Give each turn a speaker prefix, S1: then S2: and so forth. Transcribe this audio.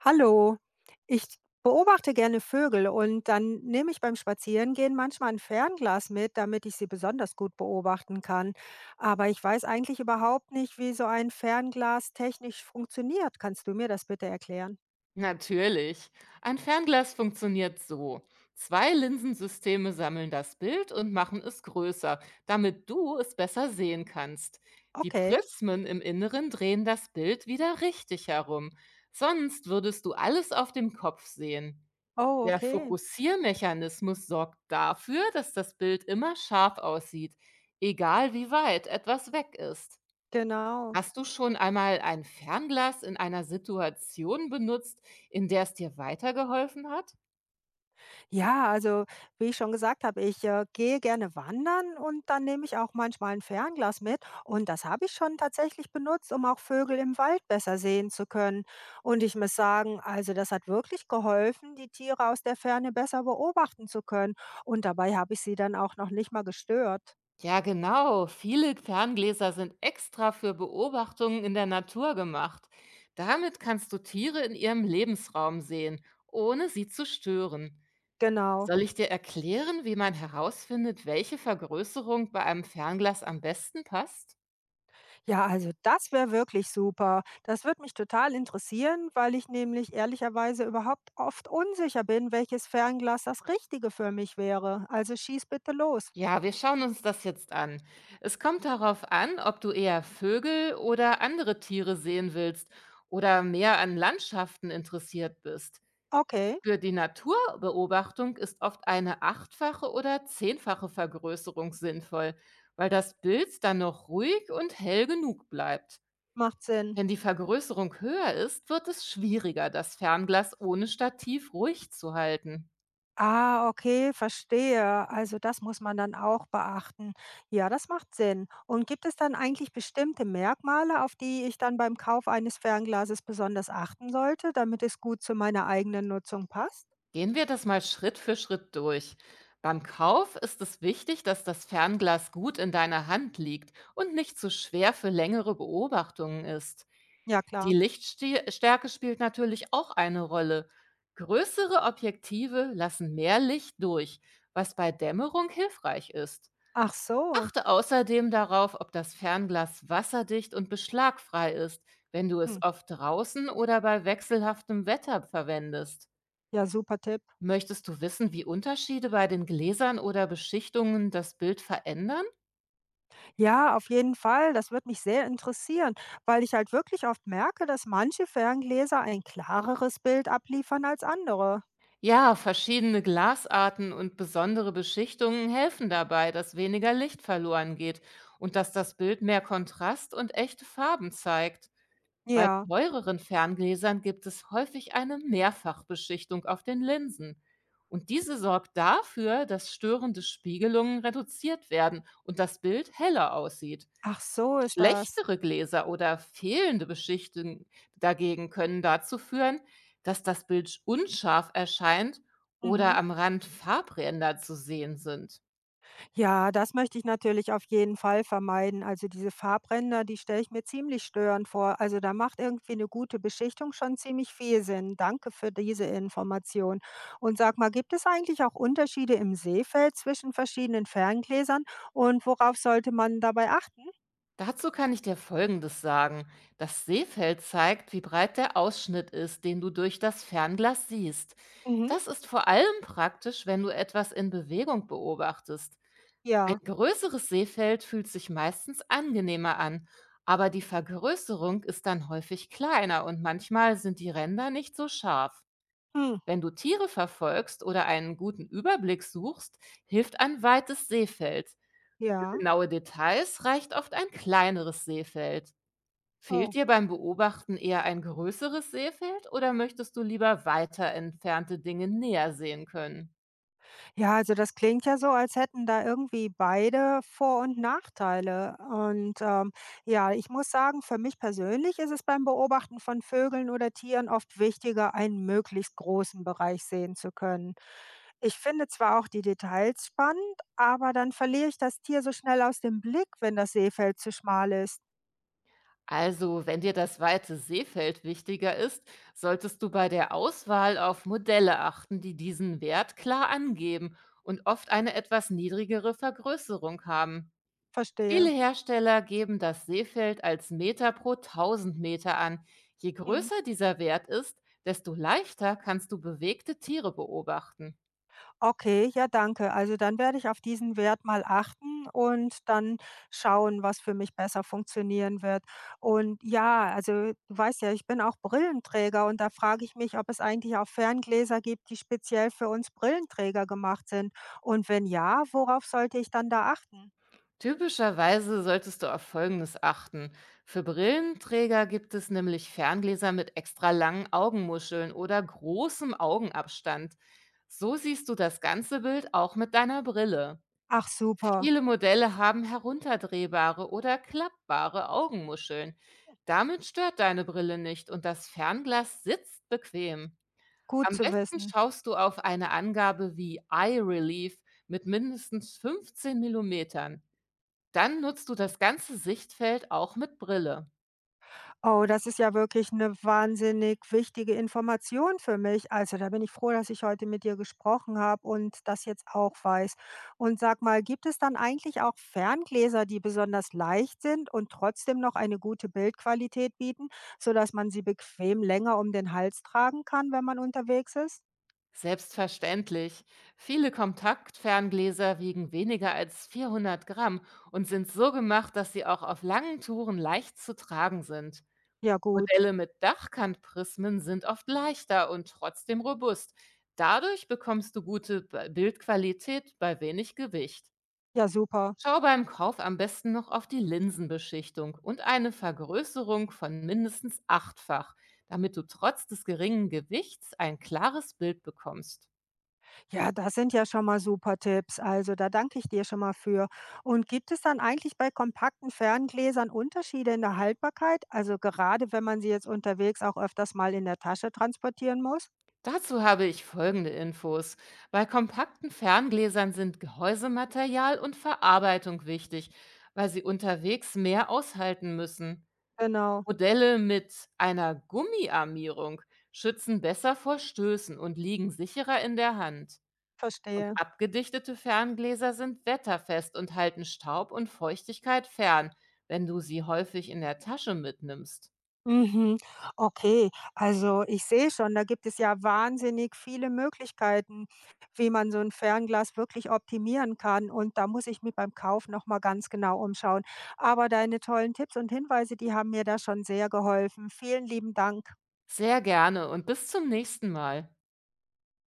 S1: Hallo, ich beobachte gerne Vögel und dann nehme ich beim Spazierengehen manchmal ein Fernglas mit, damit ich sie besonders gut beobachten kann. Aber ich weiß eigentlich überhaupt nicht, wie so ein Fernglas technisch funktioniert. Kannst du mir das bitte erklären?
S2: Natürlich. Ein Fernglas funktioniert so. Zwei Linsensysteme sammeln das Bild und machen es größer, damit du es besser sehen kannst. Die
S1: Okay.
S2: Prismen im Inneren drehen das Bild wieder richtig herum. Sonst würdest du alles auf dem Kopf sehen.
S1: Oh,
S2: Der
S1: okay.
S2: Fokussiermechanismus sorgt dafür, dass das Bild immer scharf aussieht, egal wie weit etwas weg ist.
S1: Genau.
S2: Hast du schon einmal ein Fernglas in einer Situation benutzt, in der es dir weitergeholfen hat?
S1: Ja, also wie ich schon gesagt habe, ich gehe gerne wandern und dann nehme ich auch manchmal ein Fernglas mit. Und das habe ich schon tatsächlich benutzt, um auch Vögel im Wald besser sehen zu können. Und ich muss sagen, also das hat wirklich geholfen, die Tiere aus der Ferne besser beobachten zu können. Und dabei habe ich sie dann auch noch nicht mal gestört.
S2: Ja, genau. Viele Ferngläser sind extra für Beobachtungen in der Natur gemacht. Damit kannst du Tiere in ihrem Lebensraum sehen, ohne sie zu stören.
S1: Genau.
S2: Soll ich dir erklären, wie man herausfindet, welche Vergrößerung bei einem Fernglas am besten passt?
S1: Ja, also das wäre wirklich super. Das würde mich total interessieren, weil ich nämlich ehrlicherweise überhaupt oft unsicher bin, welches Fernglas das Richtige für mich wäre. Also schieß bitte los.
S2: Ja, wir schauen uns das jetzt an. Es kommt darauf an, ob du eher Vögel oder andere Tiere sehen willst oder mehr an Landschaften interessiert bist.
S1: Okay,
S2: Für die Naturbeobachtung ist oft eine achtfache oder zehnfache Vergrößerung sinnvoll, weil das Bild dann noch ruhig und hell genug bleibt.
S1: macht Sinn.
S2: Wenn die Vergrößerung höher ist, wird es schwieriger, das Fernglas ohne Stativ ruhig zu halten.
S1: Ah, okay, verstehe. Also das muss man dann auch beachten. Ja, das macht Sinn. Und gibt es dann eigentlich bestimmte Merkmale, auf die ich dann beim Kauf eines Fernglases besonders achten sollte, damit es gut zu meiner eigenen Nutzung passt?
S2: Gehen wir das mal Schritt für Schritt durch. Beim Kauf ist es wichtig, dass das Fernglas gut in deiner Hand liegt und nicht zu schwer für längere Beobachtungen ist.
S1: Ja,
S2: Die
S1: klar.
S2: Lichtstärke spielt natürlich auch eine Rolle. Größere Objektive lassen mehr Licht durch, was bei Dämmerung hilfreich ist.
S1: Ach so.
S2: Achte außerdem darauf, ob das Fernglas wasserdicht und beschlagfrei ist, wenn du
S1: Hm.
S2: es oft draußen oder bei wechselhaftem Wetter verwendest.
S1: Ja, super Tipp.
S2: Möchtest du wissen, wie Unterschiede bei den Gläsern oder Beschichtungen das Bild verändern?
S1: Ja, auf jeden Fall. Das wird mich sehr interessieren, weil ich halt wirklich oft merke, dass manche Ferngläser ein klareres Bild abliefern als andere.
S2: Ja, verschiedene Glasarten und besondere Beschichtungen helfen dabei, dass weniger Licht verloren geht und dass das Bild mehr Kontrast und echte Farben zeigt. Bei
S1: Ja,
S2: teureren Ferngläsern gibt es häufig eine Mehrfachbeschichtung auf den Linsen. Und diese sorgt dafür, dass störende Spiegelungen reduziert werden und das Bild heller aussieht.
S1: ach so ist das.
S2: Schlechtere Gläser oder fehlende Beschichten dagegen können dazu führen, dass das Bild unscharf erscheint oder
S1: Mhm.
S2: am Rand Farbränder zu sehen sind.
S1: Ja, das möchte ich natürlich auf jeden Fall vermeiden. Also diese Farbränder, die stelle ich mir ziemlich störend vor. Also da macht irgendwie eine gute Beschichtung schon ziemlich viel Sinn. Danke für diese Information. Und sag mal, gibt es eigentlich auch Unterschiede im Sehfeld zwischen verschiedenen Ferngläsern und worauf sollte man dabei achten?
S2: Dazu kann ich dir Folgendes sagen. Das Sehfeld zeigt, wie breit der Ausschnitt ist, den du durch das Fernglas siehst.
S1: Mhm.
S2: Das ist vor allem praktisch, wenn du etwas in Bewegung beobachtest. Ein
S1: Ja.
S2: größeres Seefeld fühlt sich meistens angenehmer an, aber die Vergrößerung ist dann häufig kleiner und manchmal sind die Ränder nicht so scharf.
S1: Hm.
S2: Wenn du Tiere verfolgst oder einen guten Überblick suchst, hilft ein weites Seefeld. Für
S1: Ja.
S2: genaue Details reicht oft ein kleineres Seefeld. Fehlt
S1: Oh.
S2: dir beim Beobachten eher ein größeres Seefeld oder möchtest du lieber weiter entfernte Dinge näher sehen können?
S1: Ja, also das klingt ja so, als hätten da irgendwie beide Vor und Nachteile. Und ja, ich muss sagen, für mich persönlich ist es beim Beobachten von Vögeln oder Tieren oft wichtiger, einen möglichst großen Bereich sehen zu können. Ich finde zwar auch die Details spannend, aber dann verliere ich das Tier so schnell aus dem Blick, wenn das Seefeld zu schmal ist.
S2: Also, wenn dir das weite Seefeld wichtiger ist, solltest du bei der Auswahl auf Modelle achten, die diesen Wert klar angeben und oft eine etwas niedrigere Vergrößerung haben.
S1: Verstehe.
S2: Viele Hersteller geben das Seefeld als Meter pro 1000 Meter an. Je
S1: Mhm.
S2: größer dieser Wert ist, desto leichter kannst du bewegte Tiere beobachten.
S1: Okay, ja, danke. Also dann werde ich auf diesen Wert mal achten und dann schauen, was für mich besser funktionieren wird. Und ja, also du weißt ja, ich bin auch Brillenträger und da frage ich mich, ob es eigentlich auch Ferngläser gibt, die speziell für uns Brillenträger gemacht sind. Und wenn ja, worauf sollte ich dann da achten?
S2: Typischerweise solltest du auf Folgendes achten. Für Brillenträger gibt es nämlich Ferngläser mit extra langen Augenmuscheln oder großem Augenabstand. So siehst du das ganze Bild auch mit deiner Brille.
S1: Ach super,
S2: Viele Modelle haben herunterdrehbare oder klappbare Augenmuscheln. Damit stört deine Brille nicht und das Fernglas sitzt bequem.
S1: gut
S2: Am
S1: zu
S2: besten
S1: wissen.
S2: schaust du auf eine Angabe wie Eye Relief mit mindestens 15 Millimetern. Dann nutzt du das ganze Sichtfeld auch mit Brille.
S1: Oh, das ist ja wirklich eine wahnsinnig wichtige Information für mich. Also, da bin ich froh, dass ich heute mit dir gesprochen habe und das jetzt auch weiß. Und sag mal, gibt es dann eigentlich auch Ferngläser, die besonders leicht sind und trotzdem noch eine gute Bildqualität bieten, sodass man sie bequem länger um den Hals tragen kann, wenn man unterwegs ist?
S2: Selbstverständlich. Viele Kontaktferngläser wiegen weniger als 400 Gramm und sind so gemacht, dass sie auch auf langen Touren leicht zu tragen sind.
S1: Ja gut.
S2: Modelle mit Dachkantprismen sind oft leichter und trotzdem robust. Dadurch bekommst du gute Bildqualität bei wenig Gewicht.
S1: Ja, super.
S2: Schau beim Kauf am besten noch auf die Linsenbeschichtung und eine Vergrößerung von mindestens achtfach, damit du trotz des geringen Gewichts ein klares Bild bekommst.
S1: Ja, das sind ja schon mal super Tipps. Also da danke ich dir schon mal für. Und gibt es dann eigentlich bei kompakten Ferngläsern Unterschiede in der Haltbarkeit? Also gerade wenn man sie jetzt unterwegs auch öfters mal in der Tasche transportieren muss?
S2: Dazu habe ich folgende Infos. Bei kompakten Ferngläsern sind Gehäusematerial und Verarbeitung wichtig, weil sie unterwegs mehr aushalten müssen.
S1: Genau,
S2: Modelle mit einer Gummiarmierung schützen besser vor Stößen und liegen sicherer in der Hand. Und
S1: verstehe.
S2: abgedichtete Ferngläser sind wetterfest und halten Staub und Feuchtigkeit fern, wenn du sie häufig in der Tasche mitnimmst.
S1: Mhm. Okay, also ich sehe schon, da gibt es ja wahnsinnig viele Möglichkeiten, wie man so ein Fernglas wirklich optimieren kann und da muss ich mir beim Kauf noch mal ganz genau umschauen. Aber deine tollen Tipps und Hinweise, die haben mir da schon sehr geholfen. Vielen lieben Dank.
S2: Sehr gerne und bis zum nächsten Mal.